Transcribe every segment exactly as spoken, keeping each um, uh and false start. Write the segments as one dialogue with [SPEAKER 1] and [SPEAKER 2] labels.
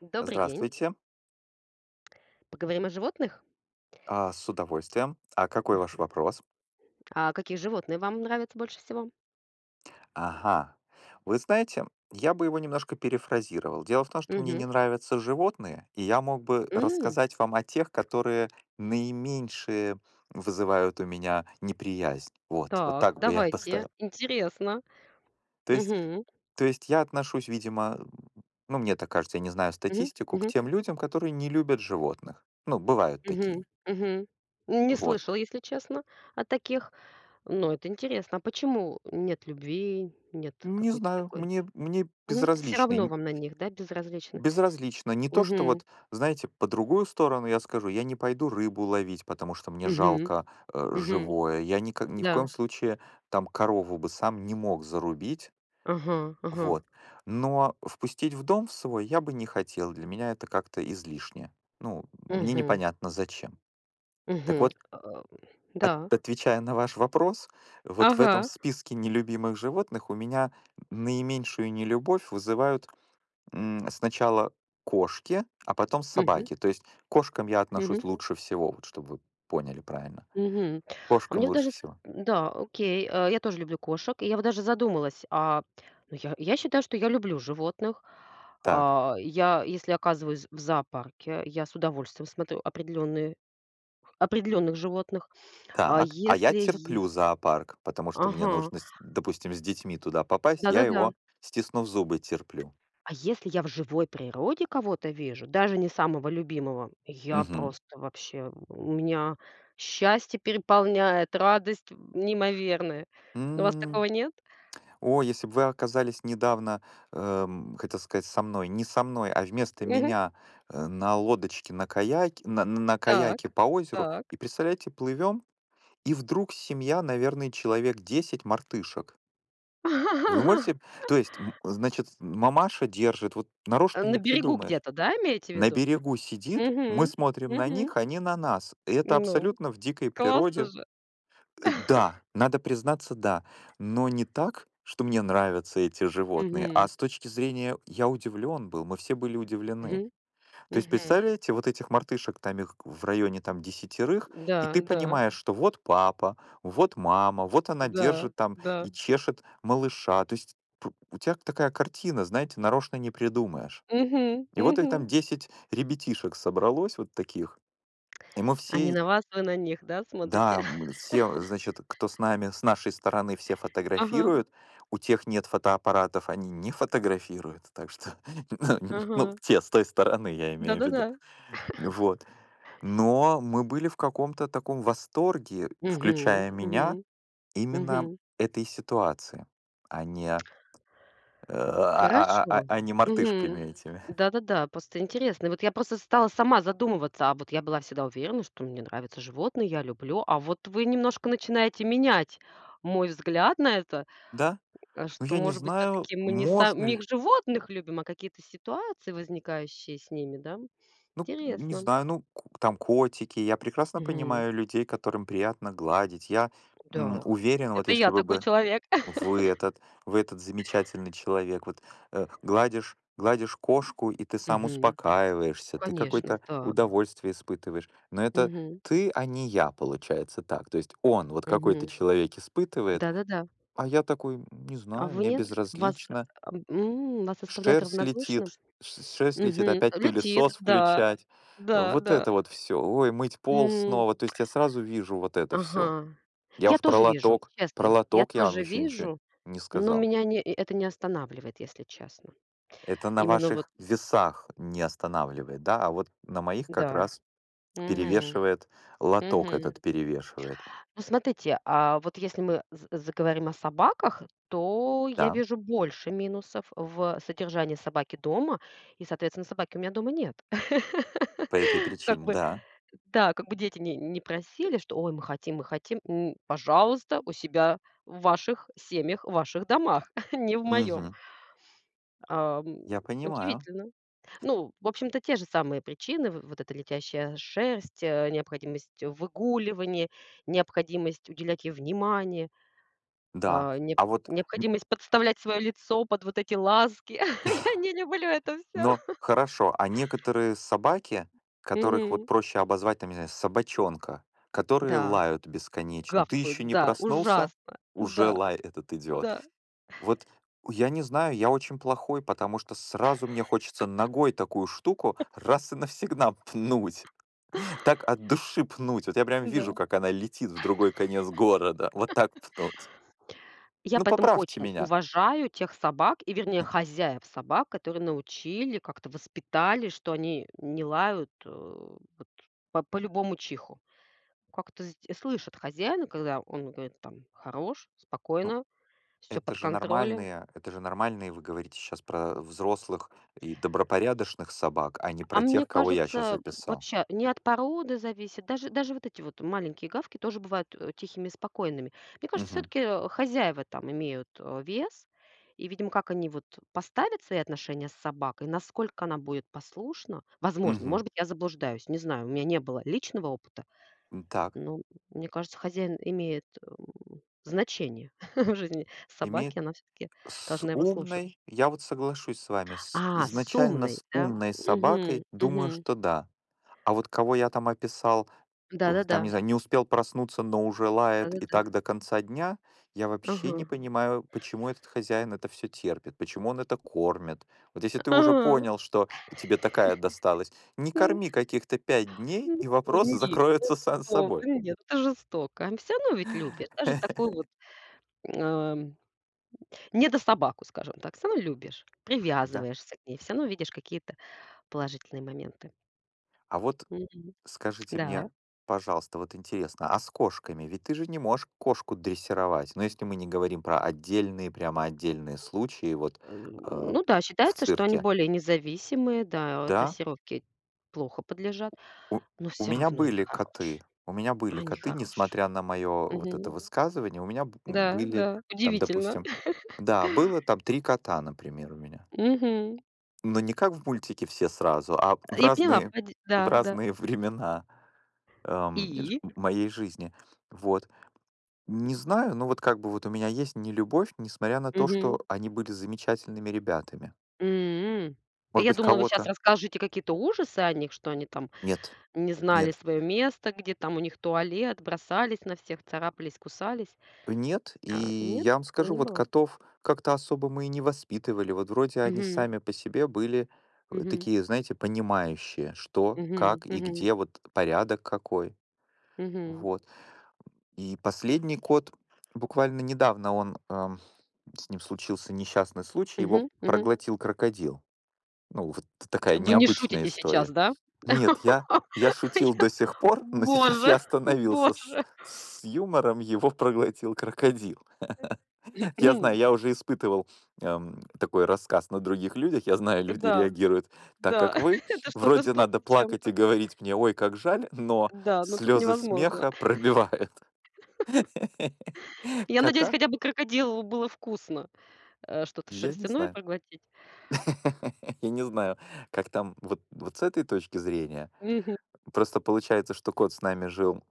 [SPEAKER 1] Добрый день.
[SPEAKER 2] Здравствуйте,
[SPEAKER 1] Поговорим о животных?
[SPEAKER 2] а, с удовольствием. А какой ваш
[SPEAKER 1] Мгм.
[SPEAKER 2] вопрос?
[SPEAKER 1] А какие животные вам нравятся больше всего?
[SPEAKER 2] Ага. Вы знаете, я бы его немножко перефразировал. Дело в том, что мне
[SPEAKER 1] Мгм.
[SPEAKER 2] не нравятся животные, и я мог бы
[SPEAKER 1] М,
[SPEAKER 2] рассказать вам о тех, которые наименьшие вызывают у меня неприязнь. Вот, вот
[SPEAKER 1] так,
[SPEAKER 2] так бы я
[SPEAKER 1] давайте.
[SPEAKER 2] поставил.
[SPEAKER 1] Интересно.
[SPEAKER 2] То есть,
[SPEAKER 1] Мгм.
[SPEAKER 2] то есть я отношусь, видимо, ну, мне так кажется, я не знаю
[SPEAKER 1] Мгм.
[SPEAKER 2] статистику, к
[SPEAKER 1] Мгм.
[SPEAKER 2] тем людям, которые не любят животных. Ну, бывают
[SPEAKER 1] Мгм.
[SPEAKER 2] такие.
[SPEAKER 1] Мгм. Не
[SPEAKER 2] Вот.
[SPEAKER 1] слышала, если честно, о таких. Но это интересно. А почему нет любви, нет
[SPEAKER 2] Не
[SPEAKER 1] какой-то
[SPEAKER 2] знаю,
[SPEAKER 1] такой?
[SPEAKER 2] мне, мне
[SPEAKER 1] Мгм. Всё равно
[SPEAKER 2] безразличны.
[SPEAKER 1] вам на них, да, безразлично?
[SPEAKER 2] Безразлично. Не то, что
[SPEAKER 1] Угу.
[SPEAKER 2] вот, знаете, по другую сторону я скажу, я не пойду рыбу ловить, потому что мне
[SPEAKER 1] Угу.
[SPEAKER 2] жалко э,
[SPEAKER 1] Угу.
[SPEAKER 2] живое. Я никак, ни в
[SPEAKER 1] Да.
[SPEAKER 2] коем случае там корову бы сам не мог зарубить.
[SPEAKER 1] Ага, ага.
[SPEAKER 2] Вот. Но впустить в дом в свой я бы не хотел. Для меня это как-то излишне. Ну, мне
[SPEAKER 1] Угу.
[SPEAKER 2] непонятно зачем. Так
[SPEAKER 1] Угу.
[SPEAKER 2] вот, от-
[SPEAKER 1] да.
[SPEAKER 2] отвечая на ваш вопрос, вот в этом
[SPEAKER 1] Ага.
[SPEAKER 2] списке нелюбимых животных у меня наименьшую нелюбовь вызывают м, сначала кошки, а потом
[SPEAKER 1] Угу.
[SPEAKER 2] собаки. То есть к кошкам я
[SPEAKER 1] Мгм.
[SPEAKER 2] отношусь лучше всего, вот чтобы вы поняли правильно.
[SPEAKER 1] Мгм. А
[SPEAKER 2] Кошкам
[SPEAKER 1] мне вот
[SPEAKER 2] лучше
[SPEAKER 1] даже с
[SPEAKER 2] всего.
[SPEAKER 1] да, окей, э, я тоже люблю кошек. И я вот даже задумалась, а, ну, я я считаю, что я люблю животных.
[SPEAKER 2] Так,
[SPEAKER 1] А, я, если оказываюсь в зоопарке, я с удовольствием смотрю определенные определенных животных. А
[SPEAKER 2] так. А я
[SPEAKER 1] если я
[SPEAKER 2] терплю зоопарк, потому что мне
[SPEAKER 1] Ага,
[SPEAKER 2] нужно, с- допустим, с детьми туда попасть, я
[SPEAKER 1] да-да-да.
[SPEAKER 2] его, стиснув зубы, терплю.
[SPEAKER 1] А если я в живой природе кого-то вижу, даже не самого любимого, я
[SPEAKER 2] Мгм.
[SPEAKER 1] просто вообще у меня счастье переполняет, радость неимоверная. У вас
[SPEAKER 2] М,
[SPEAKER 1] такого нет?
[SPEAKER 2] О, если бы вы оказались недавно, эм, хотел сказать, со мной, не со мной, а вместо меня э, на лодочке, на каяке, на, на каяке
[SPEAKER 1] Так,
[SPEAKER 2] по озеру,
[SPEAKER 1] так.
[SPEAKER 2] и представляете, плывем, и вдруг семья, наверное, человек десять мартышек. Вы можете то есть, м, значит, мамаша держит, вот
[SPEAKER 1] А,
[SPEAKER 2] нарочно
[SPEAKER 1] на
[SPEAKER 2] не
[SPEAKER 1] берегу
[SPEAKER 2] придумаешь.
[SPEAKER 1] где-то, да, имеете в
[SPEAKER 2] На
[SPEAKER 1] виду?
[SPEAKER 2] берегу сидит, мы
[SPEAKER 1] Угу,
[SPEAKER 2] смотрим на
[SPEAKER 1] угу.
[SPEAKER 2] них, они на нас. И это
[SPEAKER 1] Ну,
[SPEAKER 2] абсолютно в дикой
[SPEAKER 1] классно
[SPEAKER 2] природе.
[SPEAKER 1] же.
[SPEAKER 2] Э, да, надо признаться, да. Но не так, что мне нравятся эти животные, а
[SPEAKER 1] Угу,
[SPEAKER 2] с точки зрения я удивлен был, мы все были удивлены.
[SPEAKER 1] угу,
[SPEAKER 2] То есть,
[SPEAKER 1] угу.
[SPEAKER 2] представляете, вот этих мартышек, там их в районе там десятерых, и
[SPEAKER 1] Да,
[SPEAKER 2] ты
[SPEAKER 1] да,
[SPEAKER 2] понимаешь, что вот папа, вот мама, вот она
[SPEAKER 1] да,
[SPEAKER 2] держит там
[SPEAKER 1] да.
[SPEAKER 2] и чешет малыша. То есть п- у тебя такая картина, знаете, нарочно не придумаешь.
[SPEAKER 1] угу.
[SPEAKER 2] И вот их
[SPEAKER 1] мгм.
[SPEAKER 2] там десять ребятишек собралось вот таких. И мы
[SPEAKER 1] Они
[SPEAKER 2] все,
[SPEAKER 1] на вас, вы на них, да, смотрите?
[SPEAKER 2] да, мы все, значит, кто с нами, с нашей стороны все
[SPEAKER 1] Ага,
[SPEAKER 2] фотографируют. У тех нет фотоаппаратов, они не фотографируют. Так что, ну,
[SPEAKER 1] ага.
[SPEAKER 2] те с той стороны, я имею в
[SPEAKER 1] Да-да-да.
[SPEAKER 2] виду. Вот. Но мы были в каком-то таком восторге,
[SPEAKER 1] Угу,
[SPEAKER 2] включая меня,
[SPEAKER 1] угу,
[SPEAKER 2] именно
[SPEAKER 1] угу.
[SPEAKER 2] этой ситуации, а не, э, а а а
[SPEAKER 1] Хорошо.
[SPEAKER 2] а а не мартышками
[SPEAKER 1] Мгм.
[SPEAKER 2] этими.
[SPEAKER 1] Да-да-да, просто интересно. Вот я просто стала сама задумываться, а вот я была всегда уверена, что мне нравятся животные, я люблю, а вот вы немножко начинаете менять мой взгляд на это,
[SPEAKER 2] Да,
[SPEAKER 1] э,
[SPEAKER 2] ну
[SPEAKER 1] что,
[SPEAKER 2] я не
[SPEAKER 1] может быть, все
[SPEAKER 2] знаю,
[SPEAKER 1] таки мы не
[SPEAKER 2] можно
[SPEAKER 1] самих
[SPEAKER 2] ли,
[SPEAKER 1] животных любим, а какие-то ситуации, возникающие с ними, да?
[SPEAKER 2] ну не
[SPEAKER 1] Интересно.
[SPEAKER 2] знаю, ну к- там котики, я прекрасно
[SPEAKER 1] Мгм.
[SPEAKER 2] понимаю людей, которым приятно гладить. Я м,
[SPEAKER 1] Да.
[SPEAKER 2] уверен, вот
[SPEAKER 1] Это
[SPEAKER 2] если
[SPEAKER 1] я
[SPEAKER 2] вы
[SPEAKER 1] такой
[SPEAKER 2] бы
[SPEAKER 1] человек.
[SPEAKER 2] Вы этот вы этот замечательный человек. Вот, э, гладишь гладишь кошку, и ты сам
[SPEAKER 1] Мгм.
[SPEAKER 2] успокаиваешься, ты
[SPEAKER 1] Конечно,
[SPEAKER 2] какое-то
[SPEAKER 1] да.
[SPEAKER 2] удовольствие испытываешь. Но это
[SPEAKER 1] Мгм.
[SPEAKER 2] ты, а не я, получается так. То есть он вот какой-то
[SPEAKER 1] Мгм.
[SPEAKER 2] человек испытывает,
[SPEAKER 1] Да-да-да.
[SPEAKER 2] а я такой, м, не
[SPEAKER 1] А
[SPEAKER 2] знаю,
[SPEAKER 1] вы
[SPEAKER 2] мне
[SPEAKER 1] нет? Вас,
[SPEAKER 2] безразлично,
[SPEAKER 1] ам, м, вас оставляет
[SPEAKER 2] шерсть летит,
[SPEAKER 1] равнодушным?
[SPEAKER 2] ш- шерсть летит,
[SPEAKER 1] Мгм.
[SPEAKER 2] опять
[SPEAKER 1] Летит,
[SPEAKER 2] пылесос
[SPEAKER 1] да,
[SPEAKER 2] включать.
[SPEAKER 1] да,
[SPEAKER 2] Вот
[SPEAKER 1] да.
[SPEAKER 2] это вот все. Ой, мыть пол
[SPEAKER 1] М,
[SPEAKER 2] снова. То есть я сразу вижу вот это все.
[SPEAKER 1] ага.
[SPEAKER 2] Я
[SPEAKER 1] Я
[SPEAKER 2] уж про
[SPEAKER 1] тоже вижу,
[SPEAKER 2] лоток, про
[SPEAKER 1] честно. Я
[SPEAKER 2] лоток я вам
[SPEAKER 1] тоже
[SPEAKER 2] еще ничего
[SPEAKER 1] вижу,
[SPEAKER 2] не
[SPEAKER 1] но
[SPEAKER 2] сказал.
[SPEAKER 1] меня не э это не останавливает, если честно.
[SPEAKER 2] Это на
[SPEAKER 1] Именно вот
[SPEAKER 2] ваших весах не останавливает, да, а вот на моих как
[SPEAKER 1] да.
[SPEAKER 2] раз
[SPEAKER 1] Мгм,
[SPEAKER 2] перевешивает, лоток
[SPEAKER 1] мгм.
[SPEAKER 2] этот перевешивает.
[SPEAKER 1] Ну, смотрите, а вот если мы з заговорим о собаках, то я
[SPEAKER 2] Да,
[SPEAKER 1] вижу больше минусов в содержании собаки дома, и, соответственно, собаки у меня дома нет.
[SPEAKER 2] по этой
[SPEAKER 1] Как
[SPEAKER 2] причине,
[SPEAKER 1] бы
[SPEAKER 2] да.
[SPEAKER 1] Да, как бы дети не не просили, что: "Ой, мы хотим, мы хотим". М, пожалуйста, у себя в ваших семьях, в ваших домах, не в моем.
[SPEAKER 2] Мгм. Я понимаю.
[SPEAKER 1] Удивительно. Ну, в общем-то, те же самые причины: в вот эта летящая шерсть, э, необходимость выгуливания, необходимость уделять ей внимание,
[SPEAKER 2] Да.
[SPEAKER 1] а, не
[SPEAKER 2] А вот,
[SPEAKER 1] необходимость подставлять свое лицо под вот эти ласки. Я не люблю это все.
[SPEAKER 2] но хорошо, а некоторые собаки, которых вот
[SPEAKER 1] Мгм.
[SPEAKER 2] проще обозвать, там, не знаю, собачонка, которые
[SPEAKER 1] Да,
[SPEAKER 2] лают бесконечно. Ты еще
[SPEAKER 1] гавкают,
[SPEAKER 2] не
[SPEAKER 1] да,
[SPEAKER 2] проснулся,
[SPEAKER 1] ужасно.
[SPEAKER 2] уже
[SPEAKER 1] Да,
[SPEAKER 2] лай этот идет.
[SPEAKER 1] да,
[SPEAKER 2] Вот я не знаю, я очень плохой, потому что сразу мне хочется ногой такую штуку раз и навсегда пнуть. Так от души пнуть. Вот я прям
[SPEAKER 1] да.
[SPEAKER 2] вижу, как она летит в другой конец города. Вот так пнуть.
[SPEAKER 1] Я
[SPEAKER 2] Ну,
[SPEAKER 1] поэтому
[SPEAKER 2] поправьте
[SPEAKER 1] очень
[SPEAKER 2] меня.
[SPEAKER 1] уважаю тех собак, и вернее хозяев собак, которые научили, как-то воспитали, что они не лают, э, вот по, по любому чиху. Как-то з- слышат хозяина, когда он говорит там хорош,
[SPEAKER 2] Ну,
[SPEAKER 1] спокойно, все
[SPEAKER 2] это
[SPEAKER 1] под
[SPEAKER 2] же
[SPEAKER 1] контролем.
[SPEAKER 2] нормальные, это же нормальные, вы говорите сейчас про взрослых и добропорядочных собак, а не
[SPEAKER 1] А
[SPEAKER 2] про
[SPEAKER 1] мне
[SPEAKER 2] тех, кого я сейчас
[SPEAKER 1] кажется,
[SPEAKER 2] описал.
[SPEAKER 1] вообще не от породы зависит. Даже, даже вот эти вот маленькие гавки тоже бывают э, тихими и спокойными. Мне кажется,
[SPEAKER 2] Угу.
[SPEAKER 1] все-таки хозяева там имеют э, вес. И, видимо, как они вот поставят свои отношения с собакой, насколько она будет послушна, возможно,
[SPEAKER 2] Угу.
[SPEAKER 1] может быть, я заблуждаюсь, не знаю, у меня не было личного опыта,
[SPEAKER 2] Так,
[SPEAKER 1] но мне кажется, хозяин имеет м, значение в жизни
[SPEAKER 2] имеет
[SPEAKER 1] собаки, она все-таки
[SPEAKER 2] с
[SPEAKER 1] должна его слушаться.
[SPEAKER 2] умной, я вот соглашусь с вами, с
[SPEAKER 1] А, с
[SPEAKER 2] изначально
[SPEAKER 1] умной,
[SPEAKER 2] с
[SPEAKER 1] да?
[SPEAKER 2] умной
[SPEAKER 1] Угу,
[SPEAKER 2] собакой, думаю,
[SPEAKER 1] угу.
[SPEAKER 2] что да. А вот кого я там описал, б-
[SPEAKER 1] Да-да-да.
[SPEAKER 2] там, не знаю, не успел проснуться, но уже лает и
[SPEAKER 1] Да-да-да.
[SPEAKER 2] так до конца дня, я вообще
[SPEAKER 1] Ага.
[SPEAKER 2] не понимаю, почему этот хозяин это все терпит, почему он это кормит. Вот если ты уже
[SPEAKER 1] А,
[SPEAKER 2] понял, что тебе такая досталась, не
[SPEAKER 1] м,
[SPEAKER 2] корми каких-то пять дней,
[SPEAKER 1] м.
[SPEAKER 2] и
[SPEAKER 1] О,
[SPEAKER 2] вопрос
[SPEAKER 1] нет, ну
[SPEAKER 2] закроется сам
[SPEAKER 1] что
[SPEAKER 2] собой.
[SPEAKER 1] вы, нет, это жестоко. А всё равно ведь любишь. Даже такую вот, ам, недособаку, скажем так, всё равно любишь, привязываешься к ней, всё равно видишь какие-то положительные моменты.
[SPEAKER 2] А вот
[SPEAKER 1] Мгм.
[SPEAKER 2] скажите мне,
[SPEAKER 1] Да.
[SPEAKER 2] да, пожалуйста, вот интересно, а с кошками? Ведь ты же не можешь кошку дрессировать. Но если мы не говорим про отдельные, прямо отдельные случаи, вот
[SPEAKER 1] М,
[SPEAKER 2] э, ага,
[SPEAKER 1] ну да,
[SPEAKER 2] в
[SPEAKER 1] считается, что они
[SPEAKER 2] цирке.
[SPEAKER 1] более независимые, да,
[SPEAKER 2] Да,
[SPEAKER 1] дрессировке плохо подлежат,
[SPEAKER 2] у,
[SPEAKER 1] но
[SPEAKER 2] у
[SPEAKER 1] всё
[SPEAKER 2] меня
[SPEAKER 1] равно они
[SPEAKER 2] были
[SPEAKER 1] хорошие,
[SPEAKER 2] коты. У меня были
[SPEAKER 1] они
[SPEAKER 2] коты,
[SPEAKER 1] хорошие.
[SPEAKER 2] несмотря на мое вот это
[SPEAKER 1] Мгм.
[SPEAKER 2] высказывание, у меня б-
[SPEAKER 1] Да,
[SPEAKER 2] были
[SPEAKER 1] да,
[SPEAKER 2] там,
[SPEAKER 1] удивительно.
[SPEAKER 2] допустим, да, было там три кота, например, у меня.
[SPEAKER 1] Мгм.
[SPEAKER 2] Но не как в мультике все сразу, а в
[SPEAKER 1] Я поняла,
[SPEAKER 2] разные,
[SPEAKER 1] поди
[SPEAKER 2] в
[SPEAKER 1] да, да.
[SPEAKER 2] разные времена эм, ж-
[SPEAKER 1] И?
[SPEAKER 2] моей жизни. Вот. Не знаю, ну вот как бы вот у меня есть нелюбовь, несмотря на то,
[SPEAKER 1] Мгм.
[SPEAKER 2] что они были замечательными ребятами.
[SPEAKER 1] М.
[SPEAKER 2] Может
[SPEAKER 1] Я
[SPEAKER 2] быть,
[SPEAKER 1] думала, вы сейчас
[SPEAKER 2] кого-то?
[SPEAKER 1] расскажете какие-то ужасы о них, что они там
[SPEAKER 2] Нет,
[SPEAKER 1] не знали
[SPEAKER 2] нет,
[SPEAKER 1] свое место, где там у них туалет, бросались на всех, царапались, кусались.
[SPEAKER 2] нет. И
[SPEAKER 1] А, нет,
[SPEAKER 2] я вам
[SPEAKER 1] такого
[SPEAKER 2] скажу,
[SPEAKER 1] не
[SPEAKER 2] вот
[SPEAKER 1] было?
[SPEAKER 2] котов как-то особо мы и не воспитывали. Вот вроде они
[SPEAKER 1] Мгм.
[SPEAKER 2] сами по себе были э,
[SPEAKER 1] Мгм.
[SPEAKER 2] такие, знаете, понимающие, что,
[SPEAKER 1] Мгм.
[SPEAKER 2] как и
[SPEAKER 1] Мгм.
[SPEAKER 2] где, вот порядок какой.
[SPEAKER 1] Мгм.
[SPEAKER 2] Вот. И последний кот, буквально недавно он, эм, с ним случился несчастный случай, его
[SPEAKER 1] Мгм. Мгм.
[SPEAKER 2] проглотил крокодил. Ну, вот такая
[SPEAKER 1] Вы не
[SPEAKER 2] необычная
[SPEAKER 1] шутите сейчас,
[SPEAKER 2] история.
[SPEAKER 1] да?
[SPEAKER 2] Нет, я я шутил
[SPEAKER 1] Я
[SPEAKER 2] до сих пор, но сейчас
[SPEAKER 1] Боже,
[SPEAKER 2] я остановился с
[SPEAKER 1] боже.
[SPEAKER 2] с юмором, его проглотил крокодил. Я знаю, я уже испытывал, эм, такой рассказ на других людях. Я знаю, люди
[SPEAKER 1] Да,
[SPEAKER 2] реагируют так,
[SPEAKER 1] да,
[SPEAKER 2] как вы.
[SPEAKER 1] это что-то
[SPEAKER 2] Вроде
[SPEAKER 1] что-то
[SPEAKER 2] надо
[SPEAKER 1] с
[SPEAKER 2] плакать
[SPEAKER 1] чем-то.
[SPEAKER 2] и говорить мне: "Ой, как жаль", но
[SPEAKER 1] Да, но тут
[SPEAKER 2] слезы
[SPEAKER 1] невозможно.
[SPEAKER 2] смеха пробивают.
[SPEAKER 1] Я надеюсь,
[SPEAKER 2] Кота
[SPEAKER 1] хотя бы крокодилу было вкусно, э, что-то
[SPEAKER 2] я не
[SPEAKER 1] шерстяное
[SPEAKER 2] знаю.
[SPEAKER 1] проглотить.
[SPEAKER 2] Я не знаю, как там вот вот с этой точки зрения.
[SPEAKER 1] Мгм.
[SPEAKER 2] Просто получается, что кот с нами жил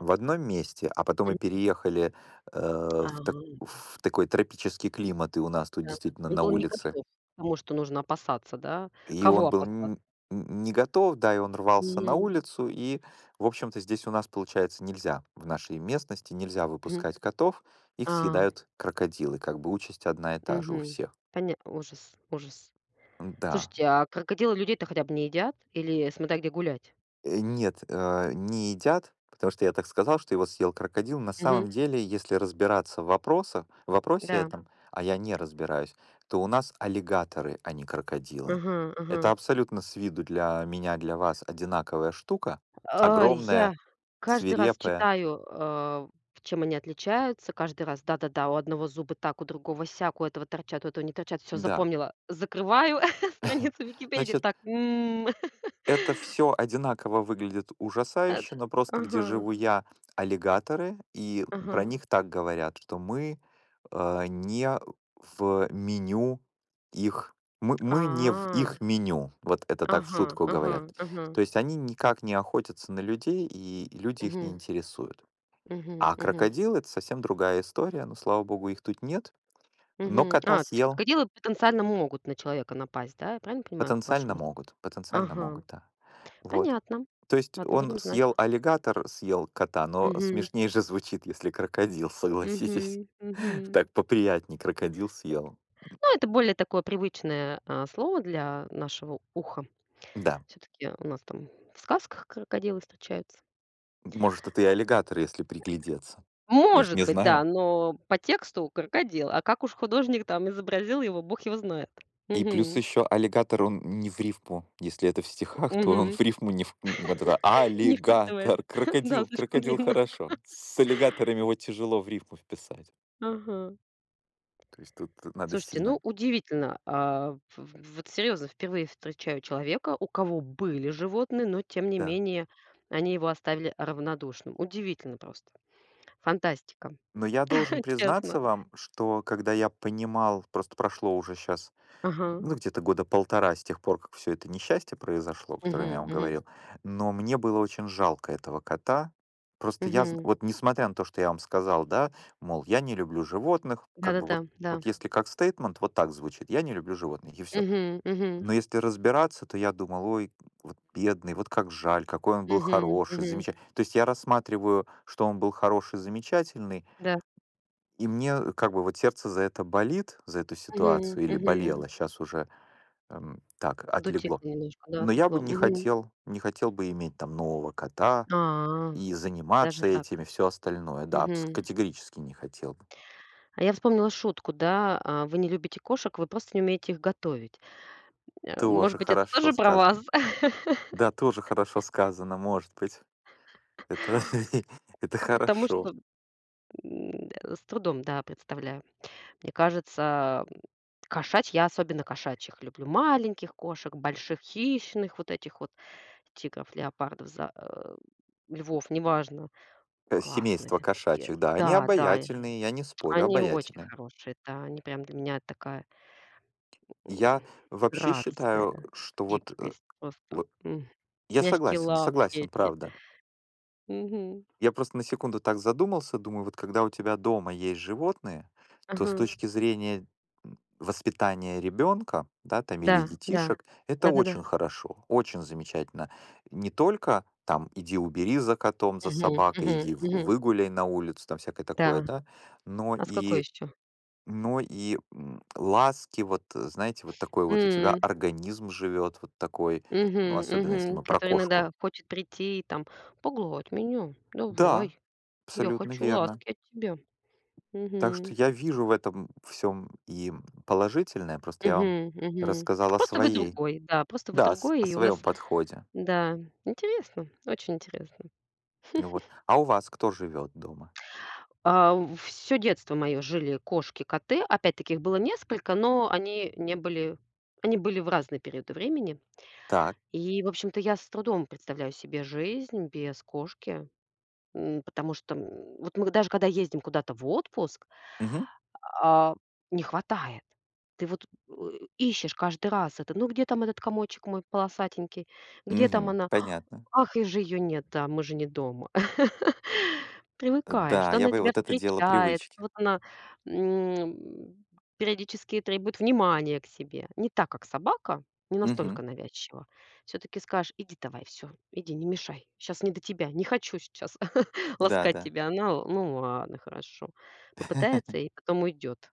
[SPEAKER 2] в одном месте, а потом мы
[SPEAKER 1] Мгм.
[SPEAKER 2] переехали, э, в так
[SPEAKER 1] Ага,
[SPEAKER 2] в такой тропический климат, и у нас тут
[SPEAKER 1] да.
[SPEAKER 2] действительно
[SPEAKER 1] Он
[SPEAKER 2] на
[SPEAKER 1] был не
[SPEAKER 2] улице.
[SPEAKER 1] готов к тому, что нужно опасаться, да?
[SPEAKER 2] И
[SPEAKER 1] Кого
[SPEAKER 2] он был н
[SPEAKER 1] опасаться?
[SPEAKER 2] н не готов, да, и он рвался на
[SPEAKER 1] Мгм.
[SPEAKER 2] улицу. И, в общем-то, здесь у нас, получается, нельзя, в нашей местности нельзя
[SPEAKER 1] Мгм.
[SPEAKER 2] выпускать котов, их
[SPEAKER 1] А,
[SPEAKER 2] съедают крокодилы, как бы участь одна и та же у
[SPEAKER 1] мгм.
[SPEAKER 2] всех.
[SPEAKER 1] Поня ужас, ужас.
[SPEAKER 2] Да.
[SPEAKER 1] Слушайте, а крокодилы людей-то хотя бы не едят? Или смотря где гулять?
[SPEAKER 2] Э, нет, э, не едят, потому что я так сказал, что его съел крокодил. На
[SPEAKER 1] Мгм.
[SPEAKER 2] самом деле, если разбираться в вопросах в вопросе
[SPEAKER 1] Да.
[SPEAKER 2] этом, а я не разбираюсь, то у нас аллигаторы, а не крокодилы.
[SPEAKER 1] Ага, ага.
[SPEAKER 2] Это абсолютно с виду для меня, для вас одинаковая штука,
[SPEAKER 1] А, я
[SPEAKER 2] огромная,
[SPEAKER 1] каждый раз
[SPEAKER 2] свирепая.
[SPEAKER 1] читаю, а, чем они отличаются. Каждый раз: да-да-да, у одного зубы так, у другого сяк, у этого торчат, у этого не торчат. Все
[SPEAKER 2] Да.
[SPEAKER 1] запомнила. Закрываю страницу Википедии.
[SPEAKER 2] Значит,
[SPEAKER 1] Так. м.
[SPEAKER 2] это все одинаково выглядит
[SPEAKER 1] Э,
[SPEAKER 2] ужасающе, но просто
[SPEAKER 1] ага,
[SPEAKER 2] где живу я- аллигаторы, и про
[SPEAKER 1] ага.
[SPEAKER 2] них так говорят, что мы, э, не в меню их мы мы не в
[SPEAKER 1] А,
[SPEAKER 2] их меню. Вот это так в
[SPEAKER 1] ага,
[SPEAKER 2] шутку
[SPEAKER 1] ага,
[SPEAKER 2] говорят.
[SPEAKER 1] ага.
[SPEAKER 2] То есть они никак не охотятся на людей, и люди их не
[SPEAKER 1] Мгм,
[SPEAKER 2] интересуют.
[SPEAKER 1] мгм,
[SPEAKER 2] А
[SPEAKER 1] мгм,
[SPEAKER 2] крокодилы- это совсем другая история, но, слава богу, их тут нет. Но
[SPEAKER 1] мгм.
[SPEAKER 2] кота
[SPEAKER 1] А, то есть
[SPEAKER 2] съел.
[SPEAKER 1] крокодилы потенциально могут на человека напасть, да? Я правильно понимаю вашу
[SPEAKER 2] Потенциально
[SPEAKER 1] мысль?
[SPEAKER 2] могут, потенциально
[SPEAKER 1] Ага,
[SPEAKER 2] могут, да. Вот.
[SPEAKER 1] понятно.
[SPEAKER 2] То есть
[SPEAKER 1] Ладно,
[SPEAKER 2] он
[SPEAKER 1] будем знать.
[SPEAKER 2] съел аллигатор, съел кота, но
[SPEAKER 1] Мгм,
[SPEAKER 2] смешнее же звучит, если крокодил,
[SPEAKER 1] мгм,
[SPEAKER 2] согласитесь.
[SPEAKER 1] мгм.
[SPEAKER 2] Так поприятнее крокодил съел.
[SPEAKER 1] Ну, это более такое привычное, а, слово для нашего уха.
[SPEAKER 2] Да,
[SPEAKER 1] Все таки у нас там в сказках крокодилы встречаются.
[SPEAKER 2] может, это и аллигатор, если приглядеться. Мы ж
[SPEAKER 1] Может
[SPEAKER 2] не
[SPEAKER 1] быть, да,
[SPEAKER 2] знаем.
[SPEAKER 1] но по тексту крокодил, а как уж художник там изобразил его, бог его знает.
[SPEAKER 2] И плюс
[SPEAKER 1] Мгм,
[SPEAKER 2] еще аллигатор, он не в рифму. Если это в стихах, то он
[SPEAKER 1] мгм.
[SPEAKER 2] в рифму не в... Вот это
[SPEAKER 1] Не вписывает.
[SPEAKER 2] аллигатор,
[SPEAKER 1] Да,
[SPEAKER 2] крокодил,
[SPEAKER 1] слишком
[SPEAKER 2] крокодил
[SPEAKER 1] длинно.
[SPEAKER 2] хорошо. С аллигаторами его тяжело в рифму вписать.
[SPEAKER 1] Ага.
[SPEAKER 2] То есть тут надо
[SPEAKER 1] Слушайте, ну,
[SPEAKER 2] сильно.
[SPEAKER 1] удивительно. А, в в вот серьезно, впервые встречаю человека, у кого были животные, но тем не
[SPEAKER 2] Да.
[SPEAKER 1] менее они его оставили равнодушным. Удивительно просто. Фантастика,
[SPEAKER 2] Но я должен признаться
[SPEAKER 1] честно.
[SPEAKER 2] вам, что когда я понимал, просто прошло уже сейчас,
[SPEAKER 1] Ага.
[SPEAKER 2] ну, где-то года полтора с тех пор, как все это несчастье произошло, о котором я
[SPEAKER 1] Мгм,
[SPEAKER 2] вам
[SPEAKER 1] мгм,
[SPEAKER 2] говорил, но мне было очень жалко этого кота. Просто я, зн-
[SPEAKER 1] мгм.
[SPEAKER 2] вот несмотря на то, что я вам сказал, да, мол, я не люблю животных, как бы
[SPEAKER 1] Да-да-да,
[SPEAKER 2] вот,
[SPEAKER 1] да.
[SPEAKER 2] вот если как стейтмент, вот так звучит, я не люблю животных, и все.
[SPEAKER 1] Мгм, мгм,
[SPEAKER 2] Но если разбираться, то я думал, ой, вот бедный, вот как жаль, какой он был
[SPEAKER 1] мгм,
[SPEAKER 2] хороший,
[SPEAKER 1] мгм.
[SPEAKER 2] замечательный. То есть я рассматриваю, что он был хороший, замечательный,
[SPEAKER 1] Да.
[SPEAKER 2] и мне, э, как бы, вот сердце за это болит, за эту
[SPEAKER 1] Мгм,
[SPEAKER 2] ситуацию, или
[SPEAKER 1] мгм.
[SPEAKER 2] болело, сейчас уже, эм, так, отлегло.
[SPEAKER 1] Подутихло немножко, да,
[SPEAKER 2] Но я бы
[SPEAKER 1] отвлекло.
[SPEAKER 2] не
[SPEAKER 1] Мгм.
[SPEAKER 2] хотел, не хотел бы иметь там нового кота
[SPEAKER 1] А,
[SPEAKER 2] и
[SPEAKER 1] даже
[SPEAKER 2] заниматься
[SPEAKER 1] так.
[SPEAKER 2] этими все остальное. Да, абс
[SPEAKER 1] Мгм.
[SPEAKER 2] категорически не хотел бы.
[SPEAKER 1] А я вспомнила шутку, да, а, вы не любите кошек, вы просто не умеете их готовить. Э, может
[SPEAKER 2] Тоже
[SPEAKER 1] быть, это
[SPEAKER 2] хорошо
[SPEAKER 1] тоже про вас?
[SPEAKER 2] сказано. Да, тоже хорошо сказано, может быть. Это это
[SPEAKER 1] Потому
[SPEAKER 2] хорошо.
[SPEAKER 1] что, м, э, с трудом, да, представляю. Мне кажется, м, кошачь я особенно кошачьих люблю. Маленьких кошек, больших хищных, вот этих вот тигров, леопардов, за э, львов, неважно.
[SPEAKER 2] Э,
[SPEAKER 1] Классные
[SPEAKER 2] семейство
[SPEAKER 1] такие.
[SPEAKER 2] кошачьих, да, они
[SPEAKER 1] Да, да, и
[SPEAKER 2] обаятельные, я не спорю,
[SPEAKER 1] они очень
[SPEAKER 2] обаятельные.
[SPEAKER 1] хорошие, да, они прям для меня такая, м,
[SPEAKER 2] Я вообще считаю,
[SPEAKER 1] грация,
[SPEAKER 2] что вот, э,
[SPEAKER 1] гибкость просто.
[SPEAKER 2] вот
[SPEAKER 1] м.
[SPEAKER 2] я
[SPEAKER 1] Мягкие
[SPEAKER 2] согласен,
[SPEAKER 1] лапки
[SPEAKER 2] согласен,
[SPEAKER 1] эти.
[SPEAKER 2] правда.
[SPEAKER 1] Мгм.
[SPEAKER 2] Я просто на секунду так задумался, думаю, вот когда у тебя дома есть животные, то с
[SPEAKER 1] Ага.
[SPEAKER 2] точки зрения м, воспитания ребенка, да, там или
[SPEAKER 1] Да, да.
[SPEAKER 2] детишек, это
[SPEAKER 1] Да-да-да.
[SPEAKER 2] очень хорошо, очень замечательно. Не только там иди убери за котом, за
[SPEAKER 1] Мгм,
[SPEAKER 2] собакой,
[SPEAKER 1] мгм,
[SPEAKER 2] иди в-
[SPEAKER 1] мгм.
[SPEAKER 2] выгуляй на улицу, там всякое такое,
[SPEAKER 1] Да.
[SPEAKER 2] да, но
[SPEAKER 1] А с какой
[SPEAKER 2] и
[SPEAKER 1] еще?
[SPEAKER 2] но и м, ласки, вот, э, знаете, вот такой вот у тебя организм живет, вот такой, ну,
[SPEAKER 1] Мгм,
[SPEAKER 2] особенно если
[SPEAKER 1] мгм.
[SPEAKER 2] мы про
[SPEAKER 1] Который
[SPEAKER 2] кошку.
[SPEAKER 1] иногда хочет прийти и там: "Погладь меня,
[SPEAKER 2] Да,
[SPEAKER 1] давай, я
[SPEAKER 2] абсолютно
[SPEAKER 1] хочу
[SPEAKER 2] верно.
[SPEAKER 1] ласки от тебя".
[SPEAKER 2] Так
[SPEAKER 1] Мгм.
[SPEAKER 2] что я вижу в этом всем и положительное, просто я вам
[SPEAKER 1] Мгм, мгм.
[SPEAKER 2] рассказал о
[SPEAKER 1] Просто вы
[SPEAKER 2] своей
[SPEAKER 1] другой, да, просто вы
[SPEAKER 2] да, с о
[SPEAKER 1] другой, и у
[SPEAKER 2] своем
[SPEAKER 1] вас
[SPEAKER 2] подходе.
[SPEAKER 1] да, интересно, очень интересно.
[SPEAKER 2] Вот. А у вас кто живет дома?
[SPEAKER 1] Все детство мое жили кошки, коты. Опять-таки их было несколько, но они не были, они были в разные периоды времени.
[SPEAKER 2] Так.
[SPEAKER 1] И, в общем-то, я с трудом представляю себе жизнь без кошки, м, потому что, м, вот мы даже когда ездим куда-то в отпуск.
[SPEAKER 2] Мгм.
[SPEAKER 1] А, не хватает. Ты вот, э, ищешь каждый раз это: "Ну, где там этот комочек мой полосатенький? Где там
[SPEAKER 2] Мгм.
[SPEAKER 1] она?
[SPEAKER 2] Понятно.
[SPEAKER 1] Ах, и же ее нет, да, мы же не дома". Привыкаешь,
[SPEAKER 2] Да,
[SPEAKER 1] что
[SPEAKER 2] я
[SPEAKER 1] она
[SPEAKER 2] бы
[SPEAKER 1] тебя
[SPEAKER 2] вот это дело
[SPEAKER 1] встречает, что
[SPEAKER 2] привычки.
[SPEAKER 1] вот она, м, периодически требует внимания к себе. Не так, как собака, не
[SPEAKER 2] Мгм.
[SPEAKER 1] настолько навязчиво. Все таки скажешь: "Иди давай, все, иди, не мешай. Сейчас не до тебя, не хочу сейчас ласкать
[SPEAKER 2] Да-да.
[SPEAKER 1] тебя". Она: "Ну ладно, хорошо". Попытается и потом уйдет.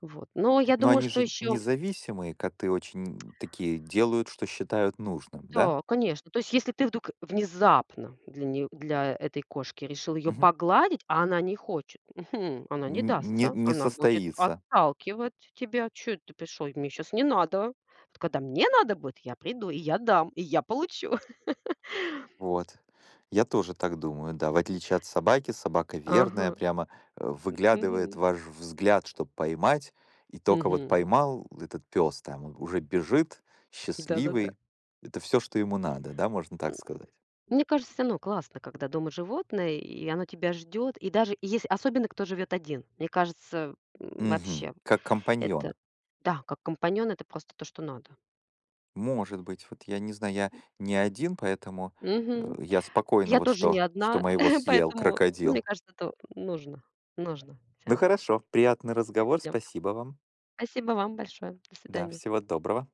[SPEAKER 1] Вот. Но я
[SPEAKER 2] Но
[SPEAKER 1] думаю,
[SPEAKER 2] они
[SPEAKER 1] что
[SPEAKER 2] же
[SPEAKER 1] еще
[SPEAKER 2] независимые коты, очень такие делают, что считают нужным, да?
[SPEAKER 1] да, конечно. То есть, если ты вдруг внезапно для нее для этой кошки решил ее
[SPEAKER 2] Мгм.
[SPEAKER 1] погладить, а она не хочет, мгм, она не
[SPEAKER 2] Н не
[SPEAKER 1] дастся,
[SPEAKER 2] не
[SPEAKER 1] она будет
[SPEAKER 2] состоится.
[SPEAKER 1] отталкивать тебя: "Чё ты пришел? Мне сейчас не надо". Вот когда мне надо будет, я приду, и я дам, и я получу.
[SPEAKER 2] Вот. Я тоже так думаю, да. В отличие от собаки, собака верная,
[SPEAKER 1] Ага.
[SPEAKER 2] прямо э, выглядывает
[SPEAKER 1] Мгм.
[SPEAKER 2] ваш взгляд, чтобы поймать. И только вот
[SPEAKER 1] Мгм.
[SPEAKER 2] поймал этот пес, там он уже бежит,
[SPEAKER 1] Да-да-да.
[SPEAKER 2] счастливый. Это все, что ему надо, да, можно так
[SPEAKER 1] М,
[SPEAKER 2] сказать.
[SPEAKER 1] мне кажется, всё равно классно, когда дома животное, и оно тебя ждет. И даже если особенно кто живет один. Мне кажется, м,
[SPEAKER 2] Мгм.
[SPEAKER 1] вообще
[SPEAKER 2] Как компаньон.
[SPEAKER 1] это да, как компаньон — это просто то, что надо.
[SPEAKER 2] Может быть, вот я не знаю, я не один, поэтому э,
[SPEAKER 1] Мгм.
[SPEAKER 2] я спокойно
[SPEAKER 1] Я
[SPEAKER 2] вот
[SPEAKER 1] тоже не
[SPEAKER 2] что, что
[SPEAKER 1] одна,
[SPEAKER 2] моего съел
[SPEAKER 1] поэтому, ну, мне
[SPEAKER 2] крокодил.
[SPEAKER 1] кажется, это нужно нужно все
[SPEAKER 2] Ну
[SPEAKER 1] равно
[SPEAKER 2] хорошо, приятный разговор,
[SPEAKER 1] людям.
[SPEAKER 2] спасибо вам.
[SPEAKER 1] Спасибо вам большое. До
[SPEAKER 2] Да,
[SPEAKER 1] свидания.
[SPEAKER 2] всего доброго.